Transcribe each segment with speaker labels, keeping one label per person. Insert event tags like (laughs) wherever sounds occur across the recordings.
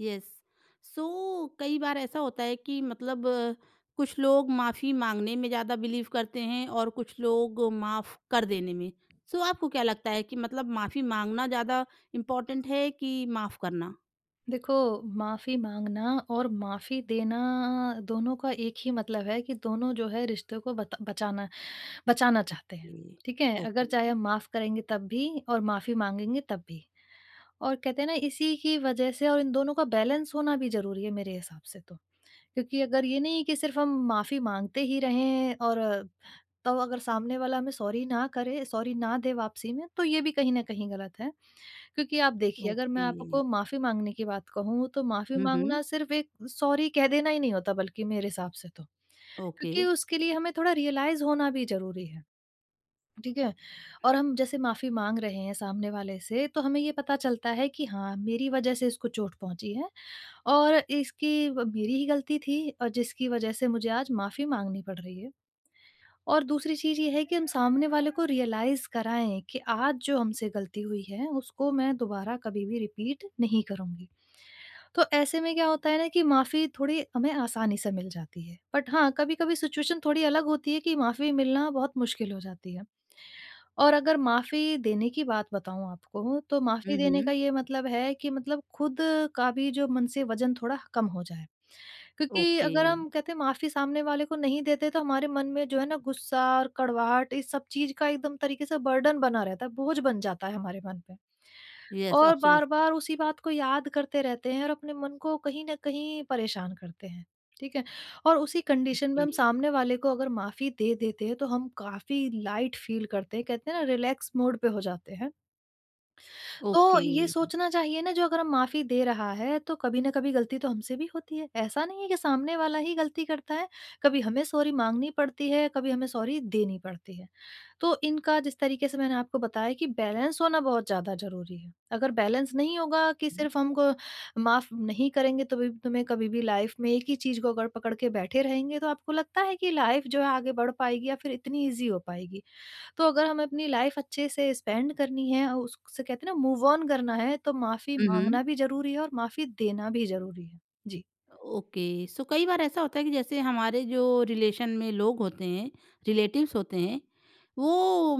Speaker 1: Yes. सो कई बार ऐसा होता है कि मतलब कुछ लोग माफी मांगने में ज्यादा बिलीव करते हैं और कुछ लोग माफ कर देने में। सो आपको क्या लगता है कि मतलब माफी मांगना ज्यादा इम्पोर्टेंट है कि माफ करना।
Speaker 2: देखो, माफ़ी माँगना और माफ़ी देना दोनों का एक ही मतलब है कि दोनों जो है रिश्ते को बता बचाना बचाना चाहते हैं,
Speaker 1: ओके।
Speaker 2: ठीक है? अगर
Speaker 1: ओके।
Speaker 2: चाहे हम माफ़ करेंगे तब भी और माफ़ी माँगेंगे तब भी। और कहते हैं ना, इसी की वजह से, और इन दोनों का बैलेंस होना भी ज़रूरी है मेरे हिसाब से तो। क्योंकि अगर ये नहीं कि सिर्फ़ हम माफ़ी माँगते ही रहें और तब अगर सामने वाला हमें सॉरी ना करे, सॉरी ना दे वापसी में, तो ये भी कहीं न कहीं गलत है। क्योंकि आप देखिए, अगर मैं
Speaker 1: ओके।
Speaker 2: आपको माफ़ी माँगने की बात कहूँ, तो माफ़ी
Speaker 1: हम्म।
Speaker 2: माँगना सिर्फ़ एक सॉरी कह देना ही नहीं होता, बल्कि मेरे हिसाब से तो।
Speaker 1: ओके।
Speaker 2: क्योंकि उसके लिए हमें थोड़ा रियलाइज़ होना भी ज़रूरी है, ठीक है? और हम जैसे माफ़ी माँग रहे हैं सामने वाले से, तो हमें ये पता चलता है कि हाँ, मेरी वजह से इसको चोट पहुँची है और इसकी व मेरी ही गलती थी, और जिसकी वजह से मुझे आज माफ़ी माँगनी पड़ रही है। और दूसरी चीज़ ये है कि हम सामने वाले को रियलाइज़ कराएँ कि आज जो हमसे गलती हुई है, उसको मैं दोबारा कभी भी रिपीट नहीं करूँगी। तो ऐसे में क्या होता है ना कि माफ़ी थोड़ी हमें आसानी से मिल जाती है। बट हाँ, कभी-कभी सिचुएशन थोड़ी अलग होती है कि माफ़ी मिलना बहुत मुश्किल हो जाती है। और अगर माफ़ी देने की बात बताऊँ आपको, तो माफ़ी देने
Speaker 1: हम्म।
Speaker 2: का ये मतलब है कि मतलब खुद का भी जो मन से वज़न थोड़ा कम हो जाए। क्योंकि
Speaker 1: ओके।
Speaker 2: अगर हम कहते हैं माफ़ी सामने वाले को नहीं देते, तो हमारे मन में जो है ना गुस्सा और कड़वाहट, इस सब चीज़ का एकदम तरीके से बर्डन बना रहता है, बोझ बन जाता है हमारे मन पे।
Speaker 1: यस,
Speaker 2: और
Speaker 1: एब्सोल्युटली।
Speaker 2: बार-बार उसी बात को याद करते रहते हैं और अपने मन को कहीं न कहीं परेशान करते हैं, ठीक है? और उसी कंडीशन में हम सामने वाले को अगर माफ़ी दे देते हैं, तो हम काफ़ी लाइट फ़ील करते हैं, कहते हैं ना रिलैक्स मोड पे हो जाते हैं। तो
Speaker 1: ओके।
Speaker 2: ये सोचना चाहिए ना, जो अगर हम माफ़ी दे रहा है, तो कभी ना कभी गलती तो हमसे भी होती है। ऐसा नहीं है कि सामने वाला ही गलती करता है, कभी हमें सॉरी माँगनी पड़ती है, कभी हमें सॉरी देनी पड़ती है। तो इनका, जिस तरीके से मैंने आपको बताया, कि बैलेंस होना बहुत ज़्यादा ज़रूरी है। अगर बैलेंस नहीं होगा, कि सिर्फ़ हमको माफ़ नहीं करेंगे तो भी, तुम्हें कभी भी लाइफ़ में एक ही चीज़ को अगर पकड़ के बैठे रहेंगे, तो आपको लगता है कि लाइफ़ जो है आगे बढ़ पाएगी या फिर इतनी ईज़ी हो पाएगी? तो अगर हमें अपनी लाइफ अच्छे से स्पेंड करनी है और उससे कहते हैं ना मूव ऑन करना है, तो माफ़ी
Speaker 1: हम्म।
Speaker 2: माँगना भी ज़रूरी है और माफ़ी देना भी ज़रूरी है। जी।
Speaker 1: ओके, सो कई बार ऐसा होता है कि जैसे हमारे जो रिलेशन में लोग होते हैं, रिलेटिव्स होते हैं, वो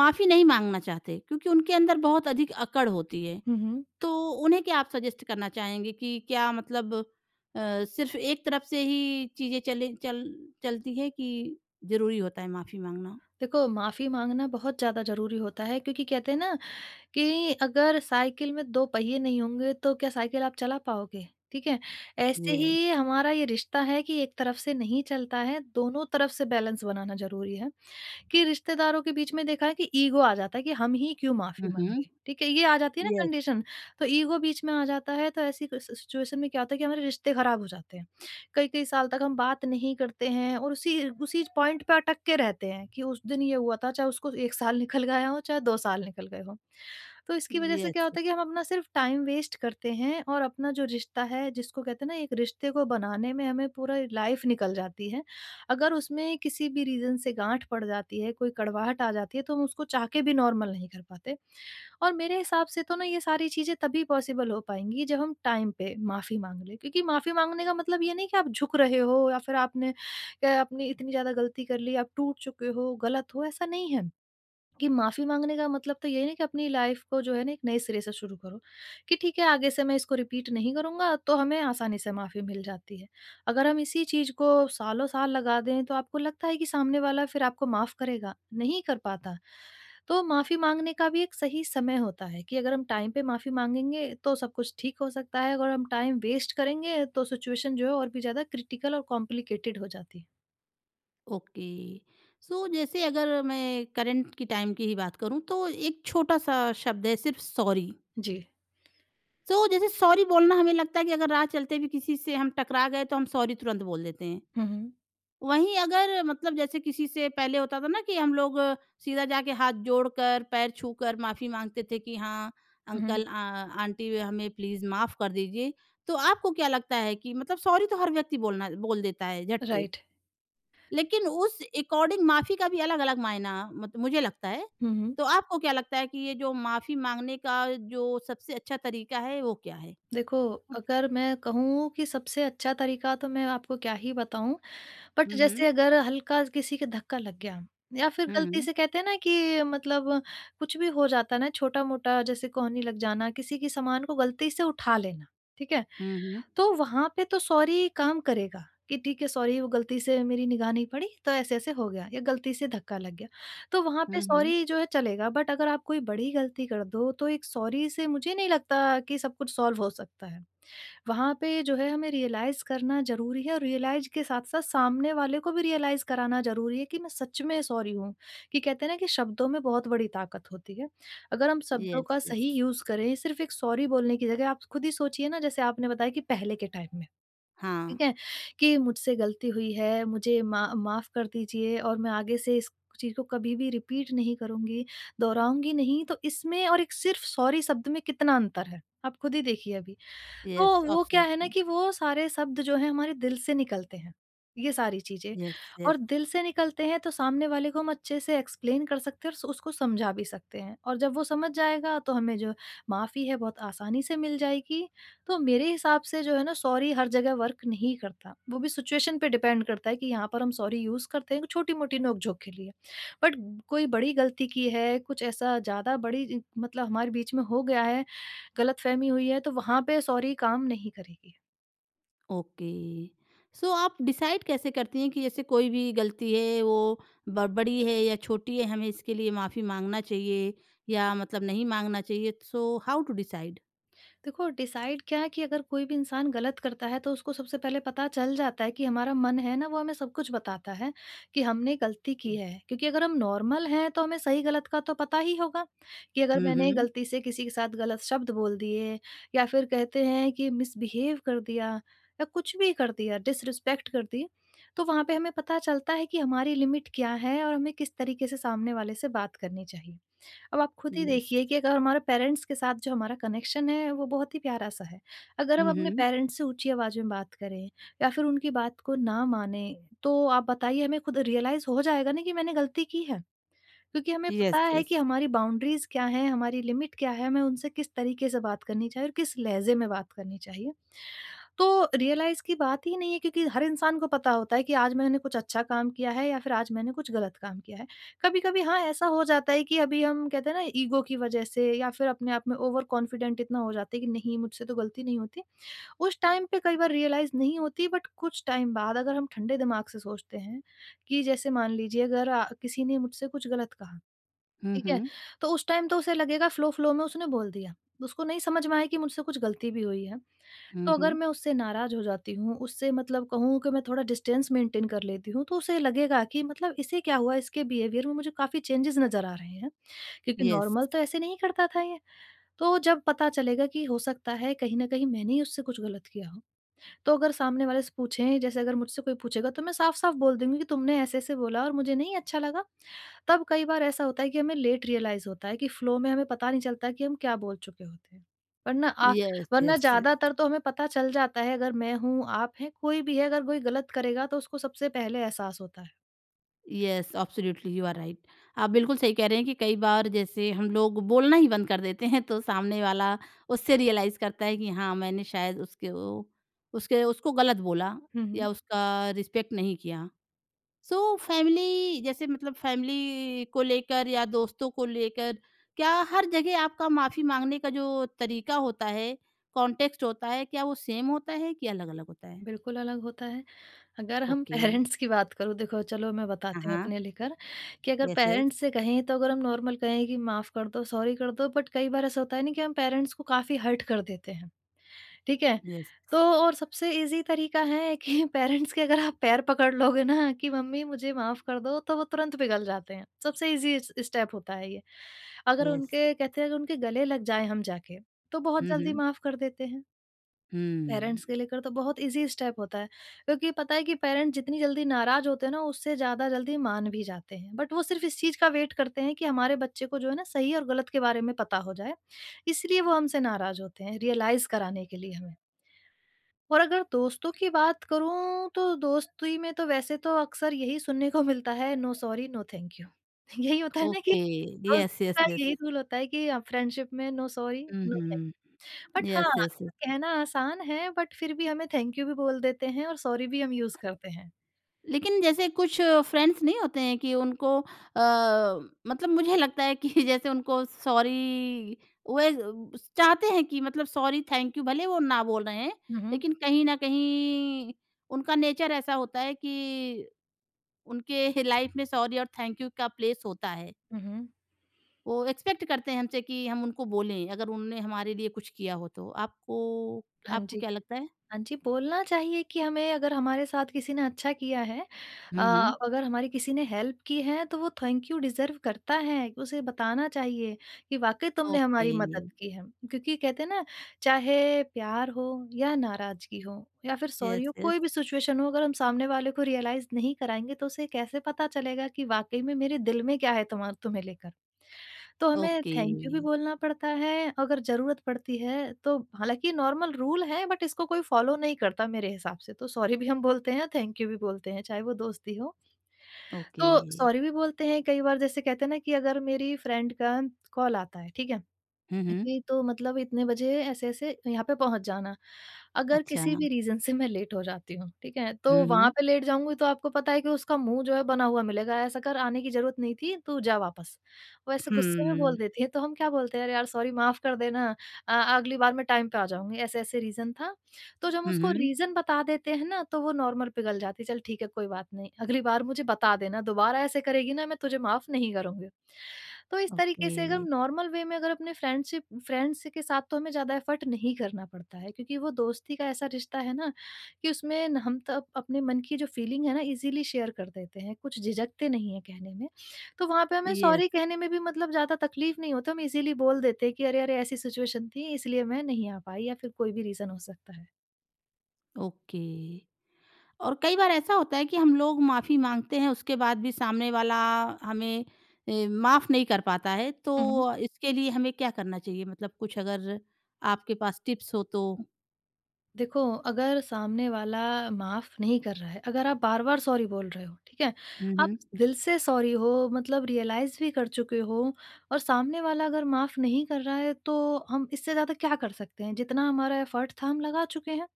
Speaker 1: माफ़ी नहीं मांगना चाहते क्योंकि उनके अंदर बहुत अधिक अकड़ होती है।
Speaker 2: हुँ, हुँ।
Speaker 1: तो उन्हें क्या आप सजेस्ट करना चाहेंगे कि क्या मतलब सिर्फ एक तरफ से ही चीज़ें चले चल चलती है कि ज़रूरी होता है माफ़ी मांगना।
Speaker 2: देखो, माफ़ी माँगना बहुत ज़्यादा ज़रूरी होता है, क्योंकि कहते हैं ना, कि अगर साइकिल में 2 पहिए नहीं होंगे, तो क्या साइकिल आप चला पाओगे? ठीक है? ऐसे ही
Speaker 1: यस।
Speaker 2: हमारा ये रिश्ता है कि एक तरफ से नहीं चलता है, दोनों तरफ से बैलेंस बनाना ज़रूरी है। कि रिश्तेदारों के बीच में देखा है कि ईगो आ जाता है कि हम ही क्यों माफ़ी
Speaker 1: हम्म।
Speaker 2: माँगे, ठीक है? ये आ जाती है ना
Speaker 1: यस।
Speaker 2: कंडीशन, तो ईगो बीच में आ जाता है, तो ऐसी क सिचुएशन में क्या होता है कि हमारे रिश्ते ख़राब हो जाते हैं। कई-कई साल तक हम बात नहीं करते हैं और उसी उसी पॉइंट पे अटक के रहते हैं कि उस दिन ये हुआ था, चाहे उसको 1 साल निकल गया हो, चाहे 2 साल निकल गए हों। तो इसकी वज़ह से क्या
Speaker 1: यस।
Speaker 2: होता है कि हम अपना सिर्फ़ टाइम वेस्ट करते हैं, और अपना जो रिश्ता है, जिसको कहते हैं ना, एक रिश्ते को बनाने में हमें पूरा लाइफ़ निकल जाती है। अगर उसमें किसी भी रीज़न से गाँठ पड़ जाती है, कोई कड़वाहट आ जाती है, तो हम उसको चाह के भी नॉर्मल नहीं कर पाते। और मेरे हिसाब से तो ना, ये सारी चीज़ें तभी पॉसिबल हो पाएँगी जब हम टाइम पे माफ़ी माँग लें, क्योंकि माफ़ी माँगने का मतलब ये नहीं कि आप झुक रहे हो, या फिर आपने अपनी इतनी ज़्यादा गलती कर ली, आप टूट चुके हो, गलत हो, ऐसा नहीं है। कि माफ़ी माँगने का मतलब तो ये है ना, कि अपनी लाइफ़ को जो है ना एक नए सिरे से शुरू करो, कि ठीक है आगे से मैं इसको रिपीट नहीं करूँगा, तो हमें आसानी से माफ़ी मिल जाती है। अगर हम इसी चीज़ को सालों-साल लगा दें, तो आपको लगता है कि सामने वाला फिर आपको माफ़ करेगा? नहीं कर पाता। तो माफ़ी माँगने का भी एक सही समय होता है, कि अगर हम टाइम पे माफ़ी माँगेंगे तो सब कुछ ठीक हो सकता है, अगर हम टाइम वेस्ट करेंगे, तो सिचुएशन जो है और भी ज़्यादा क्रिटिकल और कॉम्प्लिकेटेड हो जाती है।
Speaker 1: ओके, सो जैसे अगर मैं करंट की टाइम की ही बात करूं तो एक छोटा सा शब्द है, सिर्फ सॉरी।
Speaker 2: जी।
Speaker 1: सो जैसे सॉरी बोलना हमें लगता है कि अगर राह चलते भी किसी से हम टकरा गए तो हम सॉरी तुरंत बोल देते हैं।
Speaker 2: हुँ, हुँ।
Speaker 1: वहीं अगर मतलब जैसे किसी से पहले होता था ना कि हम लोग सीधा जाके हाथ जोड़कर पैर छूकर माफी मांगते थे कि हाँ
Speaker 2: हुँ, हुँ।
Speaker 1: अंकल आंटी हमें प्लीज माफ कर दीजिए। तो आपको क्या लगता है कि मतलब सॉरी तो हर व्यक्ति बोलना बोल देता है झट से,
Speaker 2: राइट।
Speaker 1: लेकिन उस अकॉर्डिंग माफ़ी का भी अलग-अलग मायना मत मुझे लगता है।
Speaker 2: हुँ, हुँ।
Speaker 1: तो आपको क्या लगता है कि ये जो माफ़ी माँगने का जो सबसे अच्छा तरीका है वो क्या है?
Speaker 2: देखो,
Speaker 1: ठीक।
Speaker 2: अगर मैं कहूँ कि सबसे अच्छा तरीका तो मैं आपको क्या ही बताऊँ, बट
Speaker 1: हुँ, हुँ।
Speaker 2: जैसे अगर हल्का किसी के धक्का लग गया, या फिर
Speaker 1: हुँ,
Speaker 2: गलती
Speaker 1: हुँ।
Speaker 2: से कहते हैं ना कि मतलब कुछ भी हो जाता है ना छोटा-मोटा, जैसे कोहनी लग जाना, किसी के सामान को गलती से उठा लेना, ठीक है?
Speaker 1: हुँ, हुँ।
Speaker 2: तो वहाँ पे तो सॉरी काम करेगा, कि ठीक है सॉरी, वो गलती से मेरी निगाह नहीं पड़ी तो ऐसे-ऐसे हो गया, या गलती से धक्का लग गया। तो वहाँ पे
Speaker 1: हुँ, हुँ।
Speaker 2: सॉरी जो है चलेगा, बट अगर आप कोई बड़ी गलती कर दो, तो एक सॉरी से मुझे नहीं लगता कि सब कुछ सॉल्व हो सकता है। वहाँ पे जो है हमें रियलाइज़ करना ज़रूरी है, और रियलाइज़ के साथ-साथ सामने वाले को भी रियलाइज़ कराना ज़रूरी है कि मैं सच में सॉरी हूँ, कि कहते हैं ना कि शब्दों में बहुत बड़ी ताकत होती है। अगर हम शब्दों
Speaker 1: येस,
Speaker 2: का
Speaker 1: येस।
Speaker 2: सही यूज़ करें, सिर्फ़ एक सॉरी बोलने की जगह, आप खुद ही सोचिए ना, जैसे आपने बताया कि पहले के टाइम में,
Speaker 1: हाँ।
Speaker 2: ठीक है? कि मुझसे गलती हुई है, मुझे मा माफ़ कर दीजिए, और मैं आगे से इस चीज़ को कभी भी रिपीट नहीं करूँगी, दोहराऊँगी नहीं। तो इसमें और एक सिर्फ़ सॉरी शब्द में कितना अंतर है, आप खुद ही देखिए अभी।
Speaker 1: येस,
Speaker 2: तो वो क्या है ना,
Speaker 1: एब्सोल्युटली।
Speaker 2: कि वो सारे शब्द जो हैं हमारे दिल से निकलते हैं, ये सारी चीज़ें
Speaker 1: येस,
Speaker 2: और
Speaker 1: येस।
Speaker 2: दिल से निकलते हैं, तो सामने वाले को हम अच्छे से एक्सप्लेन कर सकते हैं, और उसको समझा भी सकते हैं, और जब वो समझ जाएगा, तो हमें जो माफ़ी है बहुत आसानी से मिल जाएगी। तो मेरे हिसाब से जो है ना, सॉरी हर जगह वर्क नहीं करता, वो भी सिचुएशन पे डिपेंड करता है, कि यहाँ पर हम सॉरी यूज़ करते हैं छोटी-मोटी नोक-झोंक के लिए। बट कोई बड़ी गलती की है, कुछ ऐसा ज़्यादा बड़ी मतलब हमारे बीच में हो गया है, गलतफ़हमी हुई है, तो वहाँ पे सॉरी काम नहीं करेगी।
Speaker 1: ओके। सो आप डिसाइड कैसे करती हैं कि जैसे कोई भी गलती है वो ब बड़ी है या छोटी है, हमें इसके लिए माफ़ी माँगना चाहिए या मतलब नहीं माँगना चाहिए? So how to decide?
Speaker 2: देखो, डिसाइड क्या है कि अगर कोई भी इंसान गलत करता है, तो उसको सबसे पहले पता चल जाता है, कि हमारा मन है ना, वो हमें सब कुछ बताता है कि हमने गलती की है। क्योंकि अगर हम नॉर्मल हैं, तो हमें सही-गलत का तो पता ही होगा, कि अगर
Speaker 1: हुँ,
Speaker 2: मैंने
Speaker 1: हुँ।
Speaker 2: गलती से किसी के साथ गलत शब्द बोल दिए, या फिर कहते हैं कि मिसबिहेव कर दिया, या कुछ भी कर दिया, डिसरिस्पेक्ट कर दी, तो वहाँ पे हमें पता चलता है कि हमारी लिमिट क्या है, और हमें किस तरीके से सामने वाले से बात करनी चाहिए। अब आप खुद ही
Speaker 1: Yes.
Speaker 2: देखिए कि अगर हमारे पेरेंट्स के साथ जो हमारा कनेक्शन है वो बहुत ही प्यारा सा है। अगर हम अपने
Speaker 1: Mhm.
Speaker 2: पेरेंट्स से ऊँची आवाज़ में बात करें, या फिर उनकी बात को ना मानें, तो आप बताइए हमें खुद रियलाइज़ हो जाएगा ना कि मैंने गलती की है। क्योंकि हमें पता
Speaker 1: Yes,
Speaker 2: है कि
Speaker 1: yes.
Speaker 2: हमारी बाउंड्रीज क्या हैं, हमारी लिमिट क्या है, हमें उनसे किस तरीके से बात करनी चाहिए, और किस लहजे में बात करनी चाहिए। तो रियलाइज़ की बात ही नहीं है, क्योंकि हर इंसान को पता होता है कि आज मैंने कुछ अच्छा काम किया है, या फिर आज मैंने कुछ गलत काम किया है। कभी-कभी हाँ, ऐसा हो जाता है कि अभी हम कहते हैं ना ईगो की वजह से, या फिर अपने आप में ओवर कॉन्फिडेंट इतना हो जाते हैं कि नहीं, मुझसे तो गलती नहीं होती। उस टाइम पे कई बार रियलाइज़ नहीं होती, बट कुछ टाइम बाद अगर हम ठंडे दिमाग से सोचते हैं, कि जैसे मान लीजिए अगर किसी ने मुझसे कुछ गलत कहा, ठीक है?
Speaker 1: Mhm.
Speaker 2: तो उस टाइम तो उसे लगेगा फ्लो फ्लो में उसने बोल दिया। उसको नहीं समझ में आया कि मुझसे कुछ गलती भी हुई है। तो अगर
Speaker 1: Mhm.
Speaker 2: मैं उससे नाराज़ हो जाती हूँ, उससे मतलब कहूँ कि मैं थोड़ा डिस्टेंस मेंटेन कर लेती हूँ, तो उसे लगेगा कि मतलब इसे क्या हुआ? इसके बिहेवियर में मुझे काफ़ी चेंजेज़ नज़र आ रहे हैं, क्योंकि
Speaker 1: यस,
Speaker 2: नॉर्मल तो ऐसे नहीं करता था ये। तो जब पता चलेगा कि हो सकता है कहीं न कहीं मैंने ही उससे कुछ गलत किया हो, तो अगर सामने वाले से पूछें, जैसे अगर मुझसे कोई पूछेगा तो मैं साफ-साफ बोल दूँगी कि तुमने ऐसे-ऐसे बोला और मुझे नहीं अच्छा लगा। तब कई बार ऐसा होता है कि हमें लेट रियलाइज़ होता है कि फ्लो में हमें पता नहीं चलता कि हम क्या बोल चुके होते हैं। वरना आ
Speaker 1: यस,
Speaker 2: वरना
Speaker 1: यस, यस,
Speaker 2: ज़्यादातर तो हमें पता चल जाता है। अगर मैं हूँ, आप हैं, कोई भी है, अगर कोई गलत करेगा तो उसको सबसे पहले एहसास होता है।
Speaker 1: Yes, absolutely you are right. आप बिल्कुल सही कह रहे हैं कि कई बार जैसे हम लोग बोलना ही बंद कर देते हैं तो सामने वाला उससे रियलाइज़ करता है कि हाँ, मैंने शायद उसके ओ उसके उसको गलत बोला
Speaker 2: हुँ,
Speaker 1: या
Speaker 2: हुँ।
Speaker 1: उसका रिस्पेक्ट नहीं किया। सो फैमिली जैसे मतलब फैमिली को लेकर या दोस्तों को लेकर क्या हर जगह आपका माफी मांगने का जो तरीका होता है, कॉन्टेक्स्ट होता है, क्या वो सेम होता है कि अलग-अलग होता है?
Speaker 2: बिल्कुल अलग होता है। अगर हम
Speaker 1: ओके,
Speaker 2: (laughs) पेरेंट्स की बात करूँ, देखो चलो मैं
Speaker 1: हाँ,
Speaker 2: बताती हूँ
Speaker 1: हाँ।
Speaker 2: अपने लेकर कि अगर
Speaker 1: यस, यस,
Speaker 2: पेरेंट्स से कहें, तो अगर हम नॉर्मल कहें कि माफ़ कर दो, सॉरी कर दो, बट कई बार ऐसा होता है ना कि हम पेरेंट्स को काफ़ी हर्ट कर देते हैं। ठीक है?
Speaker 1: यस,
Speaker 2: तो और सबसे ईज़ी तरीका है कि (laughs) पेरेंट्स के अगर आप पैर पकड़ लोगे ना कि मम्मी मुझे माफ़ कर दो, तो वो तुरंत पिघल जाते हैं। सबसे ईज़ी इस स्टेप होता है ये।
Speaker 1: यस।
Speaker 2: अगर उनके गले लग जाएँ हम जाके, तो बहुत
Speaker 1: हुँ,
Speaker 2: जल्दी
Speaker 1: हुँ।
Speaker 2: माफ़ कर देते हैं।
Speaker 1: हुँ,
Speaker 2: पेरेंट्स के लेकर तो बहुत ईज़ी स्टेप होता है, क्योंकि पता है कि पेरेंट्स जितनी जल्दी नाराज़ होते हैं ना, उससे ज़्यादा जल्दी मान भी जाते हैं। बट वो सिर्फ़ इस चीज़ का वेट करते हैं कि हमारे बच्चे को जो है ना, सही और गलत के बारे में पता हो जाए, इसलिए वो हमसे नाराज़ होते हैं, रियलाइज़ कराने के लिए हमें। और अगर दोस्तों की बात करूँ, तो दोस्ती में तो वैसे तो अक्सर यही सुनने को मिलता है, no sorry no thank you. (laughs) यही होता है ना कि
Speaker 1: ओके। यस,
Speaker 2: दोस्ती
Speaker 1: यस,
Speaker 2: का
Speaker 1: यस।
Speaker 2: यही (laughs) रूल होता है कि फ्रेंडशिप में no sorry
Speaker 1: hmm,
Speaker 2: no thank
Speaker 1: hmm.
Speaker 2: You. But हाँ,
Speaker 1: यस, यस, यस।
Speaker 2: कहना आसान है, बट फिर भी हमें थैंक यू भी बोल देते हैं और सॉरी भी हम यूज़ करते हैं।
Speaker 1: लेकिन जैसे कुछ फ्रेंड्स नहीं होते हैं कि उनको मतलब मुझे लगता है कि (laughs) जैसे उनको सॉरी वे चाहते हैं कि मतलब सॉरी थैंक यू भले वो ना बोल रहे हैं,
Speaker 2: हुँ, हुँ।
Speaker 1: लेकिन कहीं न कहीं उनका नेचर ऐसा होता है कि उनके (laughs) लाइफ में सॉरी और थैंक यू का प्लेस होता है।
Speaker 2: हुँ, हुँ।
Speaker 1: वो एक्सपेक्ट करते हैं हमसे कि हम उनको बोलें अगर उन्होंने हमारे लिए कुछ किया हो तो। आपको
Speaker 2: हाँ
Speaker 1: आपको
Speaker 2: जी।
Speaker 1: क्या लगता है?
Speaker 2: हाँ जी, बोलना चाहिए कि हमें, अगर हमारे साथ किसी ने अच्छा किया है, अ,
Speaker 1: हुँ, हुँ।
Speaker 2: अगर हमारी किसी ने हेल्प की है तो वो थैंक यू डिज़र्व करता है, उसे बताना चाहिए कि वाक़ई तुमने
Speaker 1: ओके।
Speaker 2: हमारी मदद की है। क्योंकि कहते हैं ना, चाहे प्यार हो या नाराज़गी हो या फिर सॉरी
Speaker 1: यस,
Speaker 2: हो,
Speaker 1: यस।
Speaker 2: कोई भी सिचुएशन हो, अगर हम सामने वाले को रियलाइज़ नहीं कराएँगे तो उसे कैसे पता चलेगा कि वाक़ई में मेरे दिल में क्या है तुमा तुम्हें लेकर। तो हमें
Speaker 1: ओके,
Speaker 2: थैंक यू भी बोलना पड़ता है, अगर ज़रूरत पड़ती है तो। हालाँकि नॉर्मल रूल है बट इसको कोई फ़ॉलो नहीं करता मेरे हिसाब से, तो सॉरी भी हम बोलते हैं, थैंक यू भी बोलते हैं, चाहे वो दोस्ती हो।
Speaker 1: ओके।
Speaker 2: तो सॉरी भी बोलते हैं, कई बार जैसे कहते हैं ना कि अगर मेरी फ्रेंड का कॉल आता है, ठीक है?
Speaker 1: हुँ, हुँ।
Speaker 2: कि तो मतलब इतने बजे ऐसे-ऐसे यहाँ पे पहुँच जाना। अगर
Speaker 1: अच्छा।
Speaker 2: किसी
Speaker 1: हुँ,
Speaker 2: भी रीज़न से मैं लेट हो जाती हूँ, ठीक है? तो वहाँ
Speaker 1: हुँ।
Speaker 2: पे लेट जाऊँगी तो आपको पता है कि उसका मुँह जो है बना हुआ मिलेगा, "ऐसा कर, आने की ज़रूरत नहीं थी, तू जा वापस।" वो ऐसे गुस्से में बोल
Speaker 1: हुँ।
Speaker 2: देती है, तो हम क्या बोलते हैं, "अरे यार! सॉरी, माफ़ कर देना। अगली बार मैं टाइम पे आ जाऊँगी, ऐसे-ऐसे रीज़न था।" तो जब हम
Speaker 1: हुँ,
Speaker 2: उसको
Speaker 1: हुँ।
Speaker 2: रीज़न बता देते हैं ना, तो वो नॉर्मल पिघल जाती है, "चल ठीक है, कोई बात नहीं। अगली बार मुझे बता देना, दोबारा ऐसे करेगी ना, मैं तुझे माफ़ नहीं करूँगी।" तो इस तरीके
Speaker 1: ओके।
Speaker 2: से अगर हम नॉर्मल वे में अगर अपने फ्रेंडशिप फ्रेंड्स के साथ, तो हमें ज़्यादा एफर्ट नहीं करना पड़ता है, क्योंकि वो दोस्ती का ऐसा रिश्ता है ना कि उसमें हम तो अपने मन की जो फीलिंग है ना, इजीली शेयर कर देते हैं, कुछ झिझकते नहीं है कहने में। तो वहाँ पे हमें
Speaker 1: यस,
Speaker 2: सॉरी कहने में भी मतलब ज़्यादा तकलीफ नहीं होता, हम इजीली बोल देते हैं कि अरे अरे ऐसी सिचुएशन थी, इसलिए मैं नहीं आ पाई, या फिर कोई भी रीज़न हो सकता
Speaker 1: ओके। और कई बार ऐसा होता है कि हम लोग माफ़ी माँगते हैं, उसके बाद भी सामने वाला हमें माफ़ नहीं कर पाता है,
Speaker 2: है।
Speaker 1: तो इसके लिए हमें क्या करना चाहिए? मतलब कुछ अगर आपके पास टिप्स हो तो?
Speaker 2: देखो, अगर सामने वाला माफ़ नहीं कर रहा है, अगर आप बार-बार सॉरी बोल रहे हो, ठीक है?
Speaker 1: हुँ,
Speaker 2: आप
Speaker 1: हुँ।
Speaker 2: दिल से सॉरी हो, मतलब रियलाइज़ भी कर चुके हो, और सामने वाला अगर माफ़ नहीं कर रहा है, तो हम इससे ज़्यादा क्या कर सकते हैं? जितना हमारा एफ़र्ट था, हम लगा चुके हैं।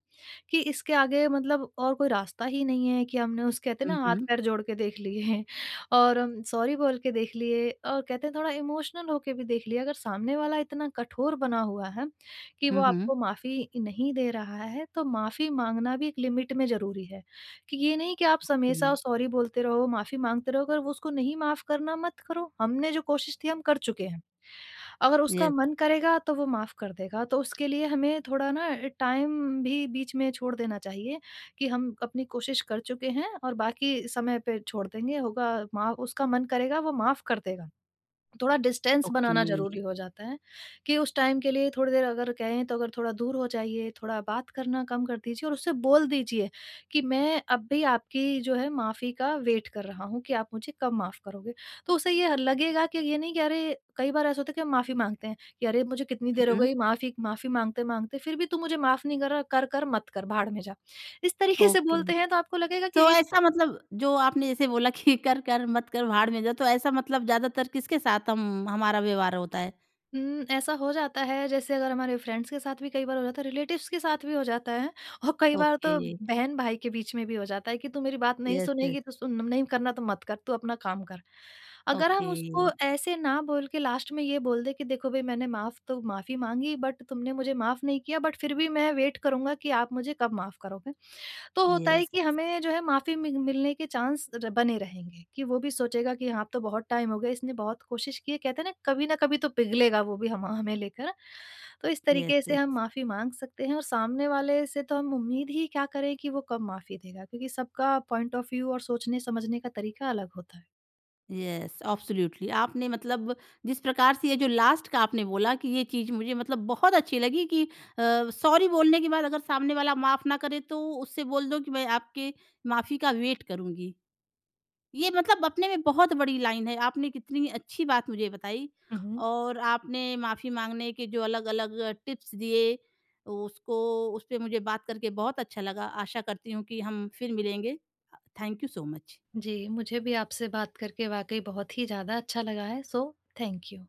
Speaker 2: कि इसके आगे मतलब और कोई रास्ता ही नहीं है कि हमने, उस, कहते हैं
Speaker 1: हुँ,
Speaker 2: ना, हाथ
Speaker 1: हुँ।
Speaker 2: पैर जोड़ के देख लिए हैं और हम सॉरी बोल के देख लिए, और कहते हैं थोड़ा इमोशनल होके भी देख लिया। अगर सामने वाला इतना कठोर बना हुआ है कि वो
Speaker 1: हुँ, हुँ।
Speaker 2: आपको माफ़ी नहीं दे रहा है, तो माफ़ी मांगना भी एक लिमिट में ज़रूरी है। कि ये नहीं कि आप
Speaker 1: ओके।
Speaker 2: हमेशा सॉरी बोलते रहो, माफ़ी मांगते रहो। अगर वो उसको नहीं माफ़ करना, मत करो, हमने जो कोशिश थी हम कर चुके हैं। अगर उसका
Speaker 1: यस,
Speaker 2: मन करेगा तो वो माफ़ कर देगा, तो उसके लिए हमें थोड़ा ना टाइम भी बीच में छोड़ देना चाहिए, कि हम अपनी कोशिश कर चुके हैं और बाकी समय पे छोड़ देंगे, होगा, माँ उसका मन करेगा, वो माफ़ कर देगा। थोड़ा डिस्टेंस
Speaker 1: ओके।
Speaker 2: बनाना ज़रूरी हो जाता है, कि उस टाइम के लिए थोड़ी देर अगर कहें, तो अगर थोड़ा दूर हो जाइए, थोड़ा बात करना कम कर दीजिए, और उससे बोल दीजिए कि मैं अब भी आपकी जो है माफ़ी का वेट कर रहा हूँ, कि आप मुझे कब माफ़ करोगे। तो उसे ये लगेगा कि ये नहीं कि अरे, कई बार ऐसा होता है कि हम माफ़ी माँगते हैं कि अरे मुझे कितनी
Speaker 1: हुँ,
Speaker 2: देर हो
Speaker 1: हुँ।
Speaker 2: गई, माफ़ी माफ़ी माँगते-माँगते फिर भी तू मुझे माफ़ नहीं कर रहा, कर-कर मत कर, भाड़ में जा। इस तरीके से
Speaker 1: ओके।
Speaker 2: बोलते हैं तो आपको लगेगा
Speaker 1: तो
Speaker 2: कि इन।
Speaker 1: ऐसा मतलब जो आपने जैसे बोला (laughs) कि कर, कर मत कर भाड़ में जा, तो ऐसा मतलब ज़्यादातर किसके साथ हम हमारा व्यवहार होता है?
Speaker 2: हुँ, ऐसा हो जाता है, जैसे अगर हमारे फ्रेंड्स के साथ भी कई बार हो जाता है, रिलेटिव्स के साथ भी हो जाता है, और कई बार
Speaker 1: ओके,
Speaker 2: तो बहन-भाई के बीच में भी हो जाता है कि तू मेरी बात नहीं
Speaker 1: यस, यस,
Speaker 2: सुनेगी तो सुन, नहीं करना तो मत कर, तू अपना काम कर। अगर हम
Speaker 1: ओके,
Speaker 2: उसको ऐसे ना बोल के लास्ट में ये बोल दें कि देखो भई, मैंने माफ़ तो माफ़ी माँगी बट तुमने मुझे माफ़ नहीं किया, बट फिर भी मैं वेट करूँगा कि आप मुझे कब माफ़ करोगे। तो होता है
Speaker 1: यस,
Speaker 2: कि हमें जो है माफ़ी मि मिलने के चांस र बने रहेंगे, कि वो भी सोचेगा कि हाँ, अब तो बहुत टाइम हो गया, इसने बहुत कोशिश की है, कहते हैं ना, कभी न कभी तो पिघलेगा वो भी हम हमें लेकर। तो इस
Speaker 1: यस,
Speaker 2: तरीके से हम
Speaker 1: यस,
Speaker 2: माफ़ी माँग सकते हैं, और सामने वाले से तो हम उम्मीद ही क्या करें कि वो कब माफ़ी देगा, क्योंकि सबका पॉइंट ऑफ व्यू और सोचने-समझने का तरीका अलग होता है।
Speaker 1: यस, एब्सोल्यूटली आपने मतलब जिस प्रकार से ये जो लास्ट का आपने बोला कि ये चीज़ मुझे मतलब बहुत अच्छी लगी कि सॉरी बोलने के बाद अगर सामने वाला माफ़ ना करे तो उससे बोल दो कि मैं आपके माफ़ी का वेट करूँगी। ये मतलब अपने में बहुत बड़ी लाइन है। आपने कितनी अच्छी बात मुझे बताई,
Speaker 2: हुँ, हुँ।
Speaker 1: और आपने माफ़ी माँगने के जो अलग-अलग टिप्स दिए, उसको उस पे मुझे बात करके बहुत अच्छा लगा। आशा करती हूँ कि हम फिर मिलेंगे। Thank you so much.
Speaker 2: जी, मुझे भी आपसे बात करके वाक़ई बहुत ही ज़्यादा अच्छा लगा है, सो थैंक यू।